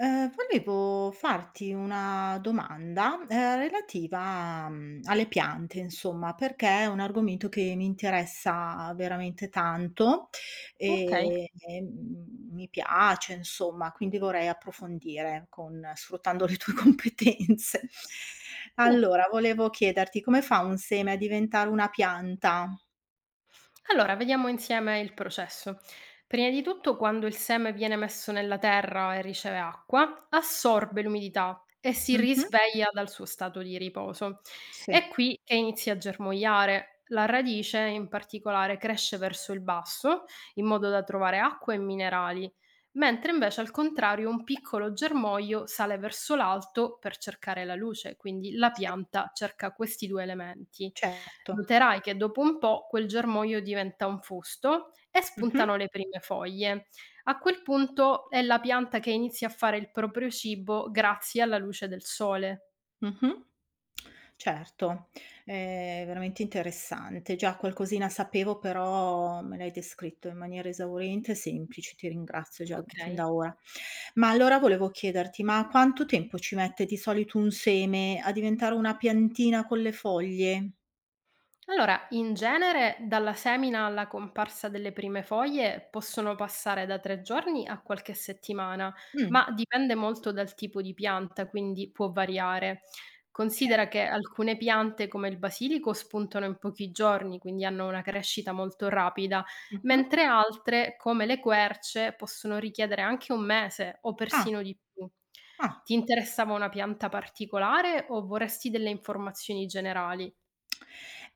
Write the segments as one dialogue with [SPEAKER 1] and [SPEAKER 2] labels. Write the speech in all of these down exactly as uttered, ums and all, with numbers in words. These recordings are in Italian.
[SPEAKER 1] Ehm, volevo farti una domanda, ehm, relativa, mhmm, alle piante insomma, perché è un argomento che mi interessa veramente tanto,
[SPEAKER 2] Okay.
[SPEAKER 1] ehm, e, mhmm, mi piace insomma, quindi vorrei approfondire con sfruttando le tue competenze.
[SPEAKER 2] uh.
[SPEAKER 1] Allora, volevo chiederti come fa un seme a diventare una pianta?
[SPEAKER 2] Allora vediamo insieme il processo. Prima di tutto quando il seme viene messo nella terra e riceve acqua, assorbe l'umidità e si
[SPEAKER 1] Mh-mh.
[SPEAKER 2] risveglia dal suo stato di riposo.
[SPEAKER 1] Sì,
[SPEAKER 2] È qui che inizia a germogliare. La radice in particolare cresce verso il basso in modo da trovare acqua e minerali, mentre invece al contrario un piccolo germoglio sale verso l'alto per cercare la luce, quindi la
[SPEAKER 1] sì,
[SPEAKER 2] pianta cerca questi due elementi.
[SPEAKER 1] certo.
[SPEAKER 2] Noterai che dopo un po' quel germoglio diventa un fusto e
[SPEAKER 1] Mh-mh.
[SPEAKER 2] spuntano le prime foglie. A quel punto è la pianta che inizia a fare il proprio cibo grazie alla luce del sole.
[SPEAKER 1] Mh-mh. Certo, è veramente interessante. Già qualcosina sapevo, però me l'hai descritto in maniera esauriente e semplice, ti ringrazio già fin
[SPEAKER 2] Okay.
[SPEAKER 1] da ora. Ma allora volevo chiederti, ma quanto tempo ci mette di solito un seme a diventare una piantina con le foglie?
[SPEAKER 2] Allora, in genere dalla semina alla comparsa delle prime foglie possono passare da tre giorni a qualche settimana,
[SPEAKER 1] Mh,
[SPEAKER 2] ma dipende molto dal tipo di pianta, quindi può variare.
[SPEAKER 1] cer
[SPEAKER 2] Considera che alcune piante come il basilico spuntano in pochi giorni, quindi hanno una crescita molto rapida,
[SPEAKER 1] mh-mh.
[SPEAKER 2] mentre altre come le querce possono richiedere anche un mese o
[SPEAKER 1] Ah,
[SPEAKER 2] persino di più.
[SPEAKER 1] ah.
[SPEAKER 2] Ti interessava una pianta particolare o vorresti delle informazioni generali?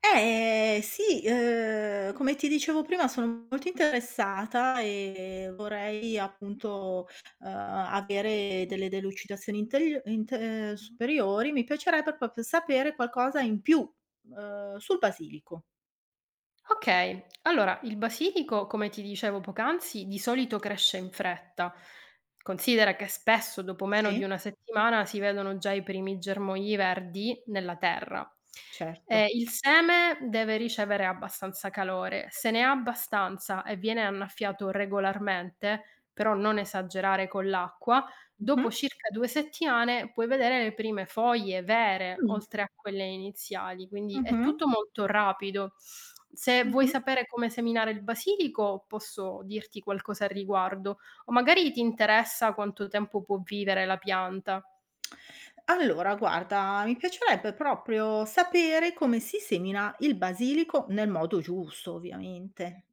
[SPEAKER 1] Eh, sì, uhm, come ti dicevo prima sono molto interessata e vorrei appunto, uhm, avere delle delucidazioni integl int ehm, superiori. Mi piacerebbe proprio sapere qualcosa in più, uhm, sul basilico.
[SPEAKER 2] Okay, allora il basilico, come ti dicevo poc'anzi, di solito cresce in fretta. Considera che spesso dopo meno di
[SPEAKER 1] Sì,
[SPEAKER 2] una settimana si vedono già i primi germogli verdi nella terra. Ehm,
[SPEAKER 1] certo.
[SPEAKER 2] il seme deve ricevere abbastanza calore. Se ne ha abbastanza e viene annaffiato regolarmente, però non esagerare con l'acqua.
[SPEAKER 1] Mh-mh.
[SPEAKER 2] Dopo circa due settimane puoi vedere le prime foglie vere,
[SPEAKER 1] Mh.
[SPEAKER 2] oltre a quelle iniziali, quindi è
[SPEAKER 1] Mh-mh.
[SPEAKER 2] tutto molto rapido. Se vuoi
[SPEAKER 1] Mh-mh.
[SPEAKER 2] sapere come seminare il basilico, posso dirti qualcosa al riguardo, o magari ti interessa quanto tempo può vivere la pianta.
[SPEAKER 1] Allora guarda, mi piacerebbe proprio sapere come si semina il basilico nel modo giusto ovviamente.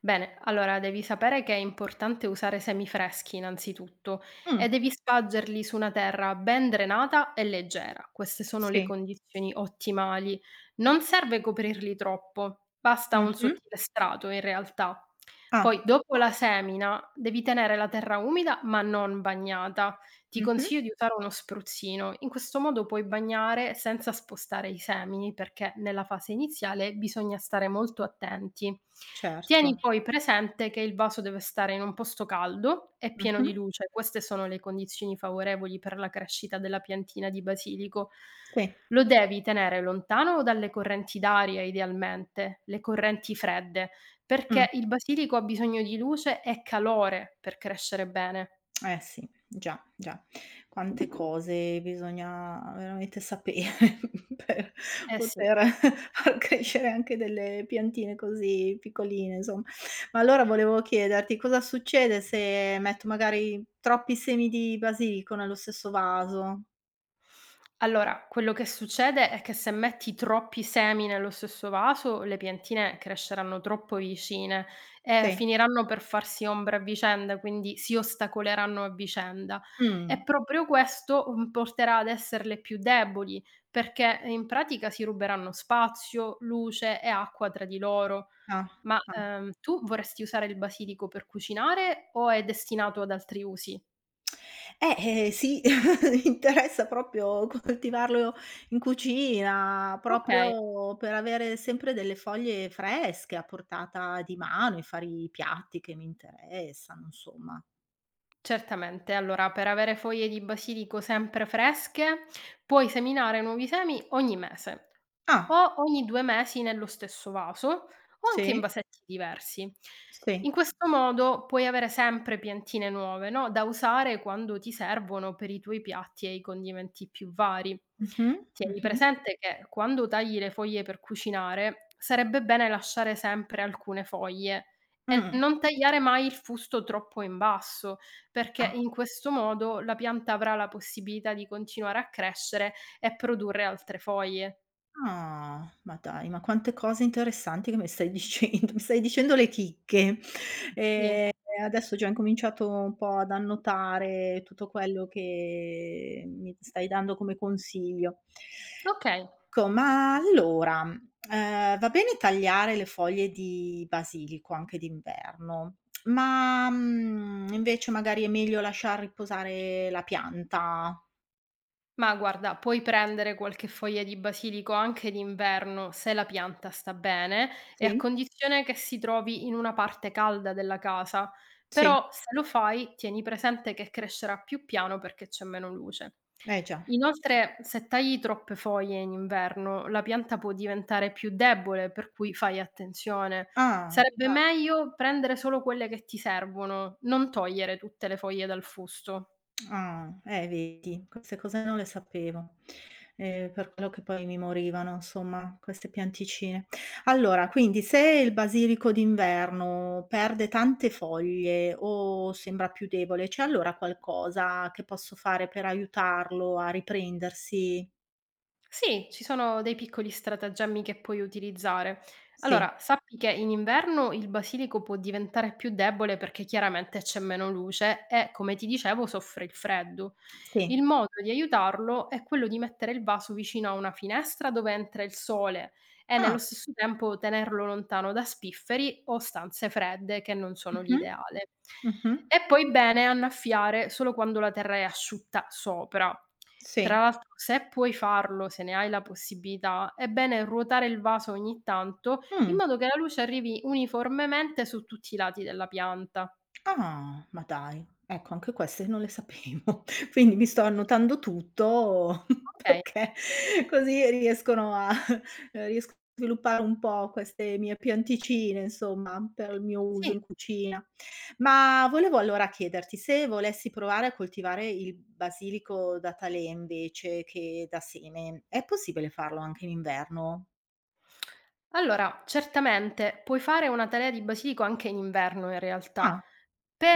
[SPEAKER 2] Bene, allora devi sapere che è importante usare semi freschi innanzitutto
[SPEAKER 1] Mh.
[SPEAKER 2] e devi spargerli su una terra ben drenata e leggera. Queste sono le
[SPEAKER 1] Sì.
[SPEAKER 2] condizioni ottimali. Non serve coprirli troppo, basta un
[SPEAKER 1] Mh-mh.
[SPEAKER 2] sottile strato in realtà. Poi
[SPEAKER 1] Ah.
[SPEAKER 2] dopo la semina devi tenere la terra umida ma non bagnata, ti
[SPEAKER 1] Mh-mh.
[SPEAKER 2] consiglio di usare uno spruzzino, in questo modo puoi bagnare senza spostare i semini perché nella fase iniziale bisogna stare molto attenti.
[SPEAKER 1] Certo.
[SPEAKER 2] Tieni poi presente che il vaso deve stare in un posto caldo e pieno
[SPEAKER 1] Mh-mh.
[SPEAKER 2] di luce, queste sono le condizioni favorevoli per la crescita della piantina di basilico.
[SPEAKER 1] Sì.
[SPEAKER 2] Lo devi tenere lontano dalle correnti d'aria idealmente, le correnti fredde,
[SPEAKER 1] Mh.
[SPEAKER 2] perché il basilico ha bisogno di luce e calore per crescere bene.
[SPEAKER 1] Eh sì, già, già. Quante cose bisogna veramente sapere per
[SPEAKER 2] Eh sì.
[SPEAKER 1] poter far crescere anche delle piantine così piccoline, insomma. Ma allora volevo chiederti cosa succede se metto magari troppi semi di basilico nello stesso vaso?
[SPEAKER 2] Allora, quello che succede è che se metti troppi semi nello stesso vaso, le piantine cresceranno troppo vicine e
[SPEAKER 1] Sì.
[SPEAKER 2] finiranno per farsi ombra a vicenda, quindi si ostacoleranno a vicenda.
[SPEAKER 1] Mh.
[SPEAKER 2] E proprio questo mm, porterà ad esserle più deboli, perché in pratica si ruberanno spazio, luce e acqua tra di loro.
[SPEAKER 1] Ah,
[SPEAKER 2] Ma
[SPEAKER 1] ah.
[SPEAKER 2] ehm, tu vorresti usare il basilico per cucinare o è destinato ad altri usi?
[SPEAKER 1] Eh, eh, sì, mi interessa proprio coltivarlo in cucina,
[SPEAKER 2] Ok.
[SPEAKER 1] proprio per avere sempre delle foglie fresche a portata di mano e fare i piatti che mi interessano, insomma.
[SPEAKER 2] Certamente. Allora, per avere foglie di basilico sempre fresche, puoi seminare nuovi semi ogni mese
[SPEAKER 1] Ah,
[SPEAKER 2] o ogni due mesi nello stesso vaso, o anche in
[SPEAKER 1] sì,
[SPEAKER 2] vasetti diversi. In
[SPEAKER 1] sì.
[SPEAKER 2] questo modo puoi avere sempre piantine nuove, no, da usare quando ti servono per i tuoi piatti e i condimenti più vari.
[SPEAKER 1] Mh-mh,
[SPEAKER 2] Tieni
[SPEAKER 1] mh-mh.
[SPEAKER 2] presente che quando tagli le foglie per cucinare, sarebbe bene lasciare sempre alcune foglie e
[SPEAKER 1] Mh.
[SPEAKER 2] non tagliare mai il fusto troppo in basso, perché
[SPEAKER 1] Ah.
[SPEAKER 2] in questo modo la pianta avrà la possibilità di continuare a crescere e produrre altre foglie.
[SPEAKER 1] Ah, ma dai, ma quante cose interessanti che mi stai dicendo, mi stai dicendo le chicche.
[SPEAKER 2] Sì.
[SPEAKER 1] Ehm, adesso ho già incominciato un po' ad annotare tutto quello che mi stai dando come consiglio.
[SPEAKER 2] Okay,
[SPEAKER 1] Co ma allora, ehm, va bene tagliare le foglie di basilico anche d'inverno, ma, mhmm, invece magari è meglio lasciar riposare la pianta?
[SPEAKER 2] ma guarda, puoi prendere qualche foglia di basilico anche d'inverno, se la pianta sta bene e a
[SPEAKER 1] Sì?
[SPEAKER 2] condizione che si trovi in una parte calda della casa.
[SPEAKER 1] Sì,
[SPEAKER 2] Però se lo fai, tieni presente che crescerà più piano perché c'è meno luce.
[SPEAKER 1] eh già, già.
[SPEAKER 2] Inoltre, se tagli troppe foglie in inverno, la pianta può diventare più debole, per cui fai attenzione.
[SPEAKER 1] Ah,
[SPEAKER 2] Sarebbe
[SPEAKER 1] ah.
[SPEAKER 2] meglio prendere solo quelle che ti servono, non togliere tutte le foglie dal fusto.
[SPEAKER 1] Ah, eh vedi, queste cose non le sapevo, ehm, per quello che poi mi morivano insomma queste pianticine. Allora, quindi se il basilico d'inverno perde tante foglie o sembra più debole, c'è allora qualcosa che posso fare per aiutarlo a riprendersi?
[SPEAKER 2] Sì, ci sono dei piccoli stratagemmi che puoi utilizzare.
[SPEAKER 1] Sì,
[SPEAKER 2] Allora, sappi che in inverno il basilico può diventare più debole perché chiaramente c'è meno luce e, come ti dicevo, soffre il freddo. Il
[SPEAKER 1] sì.
[SPEAKER 2] modo di aiutarlo è quello di mettere il vaso vicino a una finestra dove entra il sole e
[SPEAKER 1] Ah,
[SPEAKER 2] nello stesso tempo tenerlo lontano da spifferi o stanze fredde che non sono
[SPEAKER 1] mh-mh,
[SPEAKER 2] l'ideale.
[SPEAKER 1] mh-mh,
[SPEAKER 2] E poi bene annaffiare solo quando la terra è asciutta sopra.
[SPEAKER 1] sì.
[SPEAKER 2] Tra l'altro se puoi farlo, se ne hai la possibilità, è bene ruotare il vaso ogni tanto, in
[SPEAKER 1] Mh.
[SPEAKER 2] modo che la luce arrivi uniformemente su tutti i lati della pianta.
[SPEAKER 1] Ah, ma dai, ecco anche queste non le sapevo. Quindi mi sto
[SPEAKER 2] Sì,
[SPEAKER 1] annotando tutto
[SPEAKER 2] okay,
[SPEAKER 1] perché così riescono a ehm, riesco a sviluppare un po' queste mie pianticine insomma, per il mio uso
[SPEAKER 2] sì.
[SPEAKER 1] in cucina. Ma volevo allora chiederti, se volessi provare a coltivare il basilico da talè invece che da seme, è possibile farlo anche in inverno?
[SPEAKER 2] Allora, certamente puoi fare una talea di basilico anche in inverno in realtà.
[SPEAKER 1] Ah,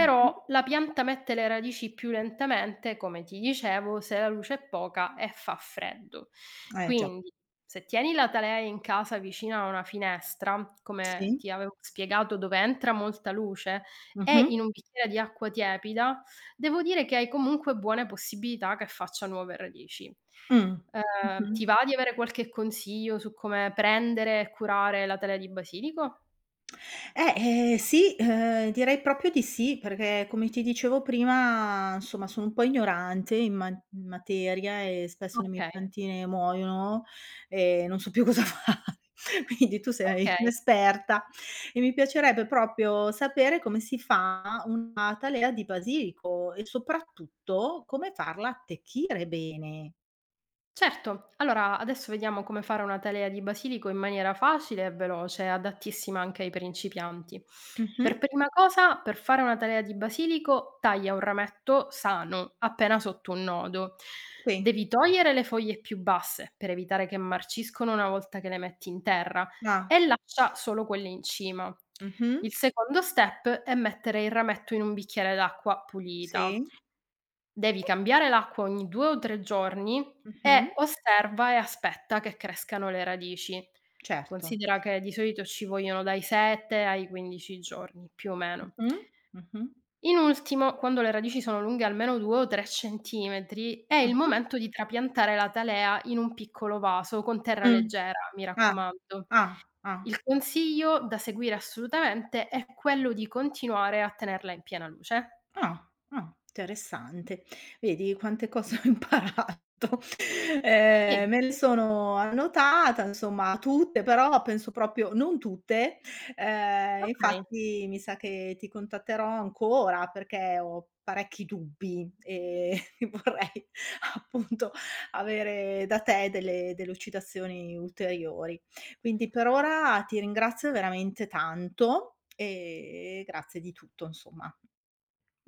[SPEAKER 1] mh-mh.
[SPEAKER 2] la pianta mette le radici più lentamente, come ti dicevo, se la luce è poca e fa freddo.
[SPEAKER 1] Eh già.
[SPEAKER 2] Quindi se tieni la talea in casa vicina a una finestra, come
[SPEAKER 1] Sì.
[SPEAKER 2] ti avevo spiegato dove entra molta luce, e
[SPEAKER 1] Mh-mh.
[SPEAKER 2] in un bicchiere di acqua tiepida, devo dire che hai comunque buone possibilità che faccia nuove radici.
[SPEAKER 1] Mh.
[SPEAKER 2] Ehm,
[SPEAKER 1] Mh-mh.
[SPEAKER 2] ti va di avere qualche consiglio su come prendere e curare la talea di basilico?
[SPEAKER 1] Eh, ehm, sì, ehm, direi proprio di sì, perché come ti dicevo prima, insomma, sono un po' ignorante in ma in materia e spesso le mie
[SPEAKER 2] Okay,
[SPEAKER 1] piantine muoiono e non so più cosa fare. Quindi tu sei
[SPEAKER 2] okay.
[SPEAKER 1] un'esperta e mi piacerebbe proprio sapere come si fa un'atalea di basilico e soprattutto come farla attecchire bene.
[SPEAKER 2] Certo, allora adesso vediamo come fare una talea di basilico in maniera facile e veloce, adattissima anche ai principianti.
[SPEAKER 1] Mh-mh.
[SPEAKER 2] Per prima cosa, per fare una talea di basilico, taglia un rametto sano, appena sotto un nodo.
[SPEAKER 1] Sì.
[SPEAKER 2] Devi togliere le foglie più basse per evitare che marciscono una volta che le metti in terra
[SPEAKER 1] Ah.
[SPEAKER 2] e lascia solo quelle in cima.
[SPEAKER 1] Mh-mh.
[SPEAKER 2] Il secondo step è mettere il rametto in un bicchiere d'acqua pulita.
[SPEAKER 1] Sì.
[SPEAKER 2] Devi cambiare l'acqua ogni due o tre giorni
[SPEAKER 1] Mh-mh.
[SPEAKER 2] e osserva e aspetta che crescano le radici.
[SPEAKER 1] Certo,
[SPEAKER 2] Considera
[SPEAKER 1] sì.
[SPEAKER 2] che di solito ci vogliono dai sette ai quindici giorni, più o meno.
[SPEAKER 1] Mh-mh, mh-mh,
[SPEAKER 2] In ultimo, quando le radici sono lunghe almeno due o tre centimetri, è il
[SPEAKER 1] mh-mh,
[SPEAKER 2] momento di trapiantare la talea in un piccolo vaso con terra
[SPEAKER 1] mh.
[SPEAKER 2] leggera, mi
[SPEAKER 1] Ah,
[SPEAKER 2] raccomando.
[SPEAKER 1] ah, ah.
[SPEAKER 2] Il consiglio da seguire assolutamente è quello di continuare a tenerla in piena luce.
[SPEAKER 1] Ah, ah, interessante. Vedi quante cose ho imparato.
[SPEAKER 2] Sì,
[SPEAKER 1] Ehm, me le sono annotata, insomma tutte, però penso proprio non tutte. Ehm,
[SPEAKER 2] okay.
[SPEAKER 1] infatti mi sa che ti contatterò ancora perché ho parecchi dubbi e vorrei appunto avere da te delle delucidazioni ulteriori. Quindi per ora ti ringrazio veramente tanto e grazie di tutto, insomma.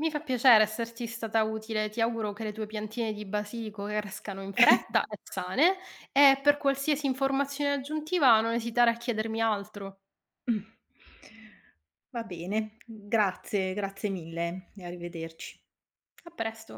[SPEAKER 2] Mi fa piacere esserti stata utile, ti auguro che le tue piantine di basilico crescano in fretta e sane e per qualsiasi informazione aggiuntiva non esitare a chiedermi altro.
[SPEAKER 1] Mh. Va bene, grazie, grazie mille e arrivederci.
[SPEAKER 2] A presto.